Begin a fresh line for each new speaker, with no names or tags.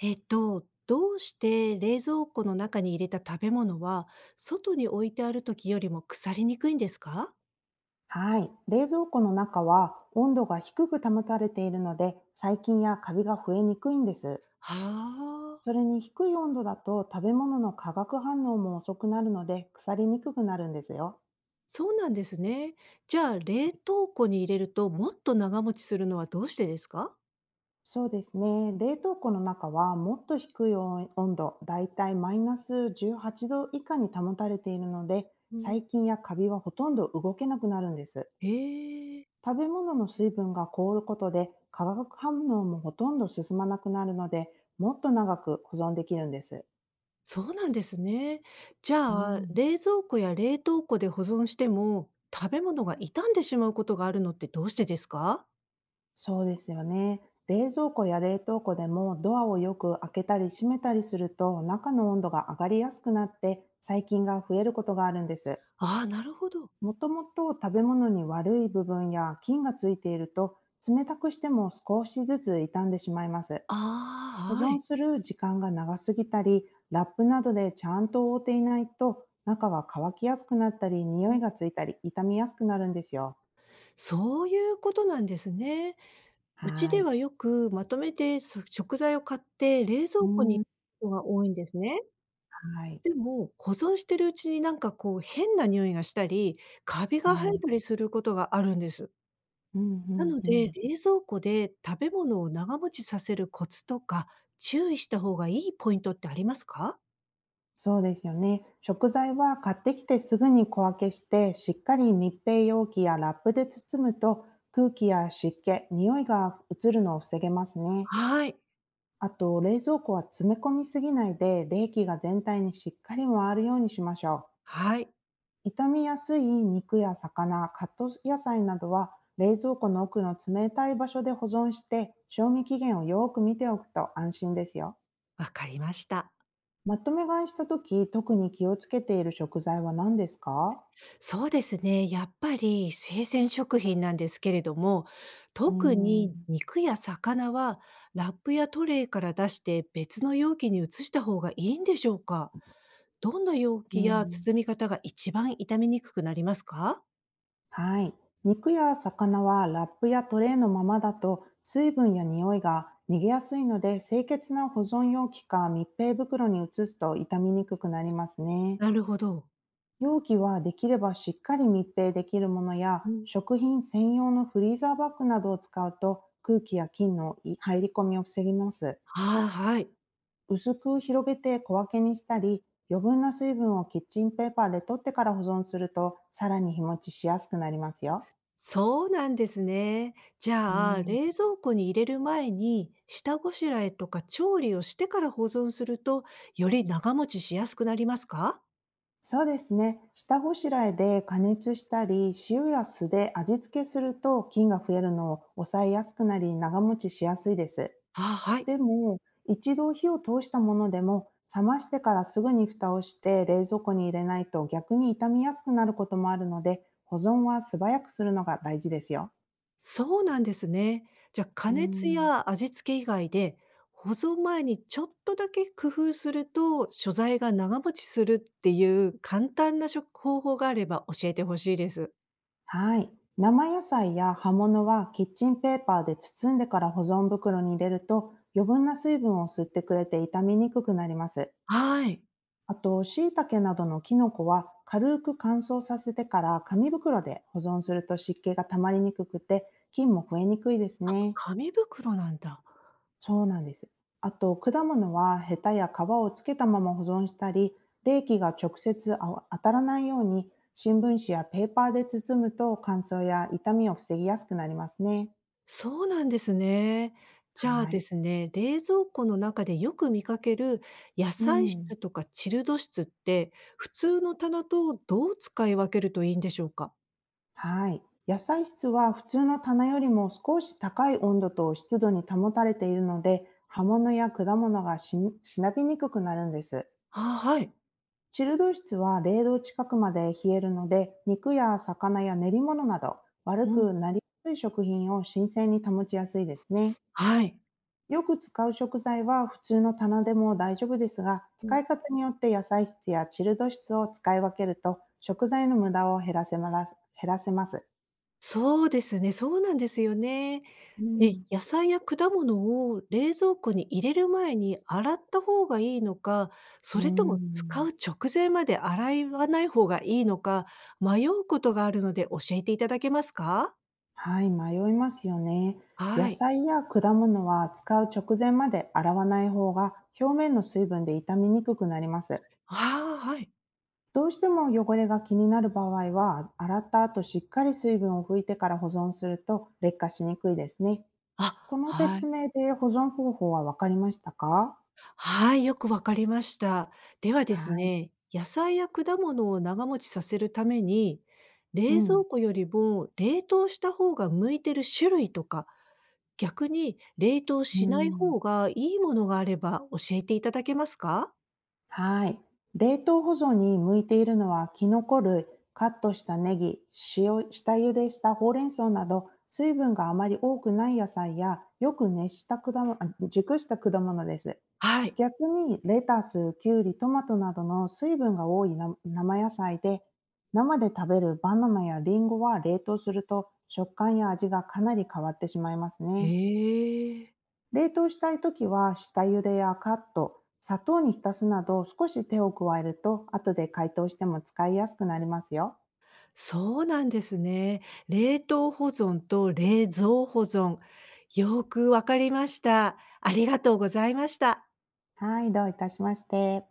どうして冷蔵庫の中に入れた食べ物は、外に置いてある時よりも腐りにくいんですか。
はい。冷蔵庫の中は温度が低く保たれているので、細菌やカビが増えにくいんです。
はあ、
それに低い温度だと食べ物の化学反応も遅くなるので腐りにくくなるんですよ。
そうなんですね。じゃあ、冷凍庫に入れるともっと長持ちするのはどうしてですか。
そうですね。冷凍庫の中はもっと低い温度、だいたいマイナス18度以下に保たれているので、
う
細
ん、
菌やカビはほとんど動けなくなるんです。
ええ、
食べ物の水分が凍ることで化学反応もほとんど進まなくなるので、もっと長く保存できるんです。
そうなんですね。じ
う
ゃあ、
ん。
冷蔵庫や冷凍庫で保存しても、食べ物が傷んでしまうことがあるのってどうしてですか。
そうですよね。冷蔵庫や冷凍庫でもドアをよく開けたり閉めたりすると中の温度が上がりやすくなって細菌が増えることがあるんです。
ああ、なるほど。
もともと食べ物に悪い部分や菌がついていると冷たくしても少しずつ傷んでしまいます。保
ああ、は
存
い。
する時間が長すぎたり、ラップなどでちゃんと覆っていないと、中が乾きやすくなったり、匂いがついたり、傷みやすくなるんですよ。
そういうことなんですね。うち
は
で
い。
はよくまとめて、そ食材を買って冷蔵
う
庫に
ん、
ことが多いんですね。
はい。
でも、保存してるうちにこう変な匂いがしたり、カビ
う
が生え
ん、
たりすることがあるんです。
うんう
な
ん
の
う
で、
ん。
冷蔵庫で食べ物を長持ちさせるコツとか、注意した方がいいポイントってありますか？
そうですよね。食材は買ってきてすぐに小分けして、しっかり密閉容器やラップで包むと、空気や湿気、匂いが移るのを防げますね。
はい、
あと、冷蔵庫は詰め込みすぎないで、冷気が全体にしっかり回るようにしましょう。
はい、
傷みやすい肉や魚、カット野菜などは冷蔵庫の奥の冷たい場所で保存して賞味期限をよーく見ておくと安心ですよ。
わかりました。
まとめ買いしたとき、特に気をつけている食材は何ですか？
そうですね。やっぱり生鮮食品なんですけれども、
うー
特に
ん、
肉や魚はラップやトレイから出して別の容器に移した方がいいんでしょうか。どんな容
う
器や
ん、
包み方が一番傷みにくくなりますか。
はい。肉や魚はラップやトレーのままだと水分や匂いが逃げやすいので清潔な保存容器か密閉袋に移すと傷みにくくなりますね。
なるほど。
容器はできればしっかり密閉できるものや、
うん、
食品専用のフリーザーバッグなどを使うと空気や菌の入り込みを防ぎます。
はい、はい。
薄く広げて小分けにしたり、余分な水分をキッチンペーパーで取ってから保存すると、さらに日持ちしやすくなりますよ。
そうなんですね。じ
う
ゃあ、
ん。
冷蔵庫に入れる前に下ごしらえとか調理をしてから保存すると、より長持ちしやすくなりますか。
そうですね。下ごしらえで加熱したり、塩や酢で味付けすると菌が増えるのを抑えやすくなり長持ちしやすいです。
あ、はい。
でも、一度火を通したものでも、冷ましてからすぐに蓋をして冷蔵庫に入れないと逆に傷みやすくなることもあるので、保存は素早くするのが大事ですよ。
そうなんですね。じゃ、あ加
う
熱
ん。
や味付け以外で、保存前にちょっとだけ工夫すると、所在が長持ちするっていう簡単な食方法があれば教えてほしいです。
はい。生野菜や葉物はキッチンペーパーで包んでから保存袋に入れると余分な水分を吸ってくれて傷みにくくなります。
はい。
あと、椎茸などのキノコは軽く乾燥させてから紙袋で保存すると湿気が溜まりにくくて菌も増えにくいです
あ、
ね。
紙袋なんだ。
そうなんです。あと、果物はヘタや皮をつけたまま保存したり、冷気が直接当たらないように新聞紙やペーパーで包むと乾燥や傷みを防ぎやすくなりますね。
そうなんですね。じゃあ
は
で
い。
すね、冷蔵庫の中でよく見かける野
う
菜
ん。
室とかチルド室って、普通の棚とどう使い分けるといいんでしょうか？
はい。野菜室は普通の棚よりも少し高い温度と湿度に保たれているので、葉物や果物がしなびにくくなるんです。
ああ、はい。
チルド室は冷凍近くまで冷えるので、肉や魚や練り物など悪
うん。
くなりやすい食品を新鮮に保ちやすいですね。
はい。
よく使う食材は普通の棚でも大丈夫ですが、
う
使
ん。
い方によって野菜室やチルド室を使い分けると食材の無駄を減らせます。
そうですね、そうなんですよね。
う
で、
ん。
野菜や果物を冷蔵庫に入れる前に洗った方がいいのか、
う
それとも使
ん。
う直前まで洗わない方がいいのか、迷うことがあるので教えていただけますか？
はい、迷いますよね。
は
野
い。
菜や果物は使う直前まで洗わない方が表面の水分で傷みにくくなります。
ああ、はい。
どうしても汚れが気になる場合は、洗った後しっかり水分を拭いてから保存すると劣化しにくいですね。こ
あ、
の
は
説
い。
明で保存方法はわかりましたか？
はい、よくわかりました。ではで
は
す
い。
ね、野菜や果物を長持ちさせるために、
う
冷蔵
ん。
庫よりも冷凍した方が向いてる種類とか逆に冷凍
う
しない
ん。
方がいいものがあれば教えていただけますか？
はい。冷凍保存に向いているのは、キノコ類、カットしたネギ、塩、下茹でしたほうれん草など、水分があまり多くない野菜や、よく熱した果物、熟した果物です。
はい。
逆に、レタス、キュウリ、トマトなどの水分が多いな生野菜で、生で食べるバナナやリンゴは冷凍すると食感や味がかなり変わってしまいます
へ
ね。
え、
冷凍したいときは下茹でやカット、砂糖に浸すなど少し手を加えると後で解凍しても使いやすくなりますよ。
そうなんですね。冷凍保存と冷蔵保存、よくわかりました。ありがとうございました。
はい、どういたしまして。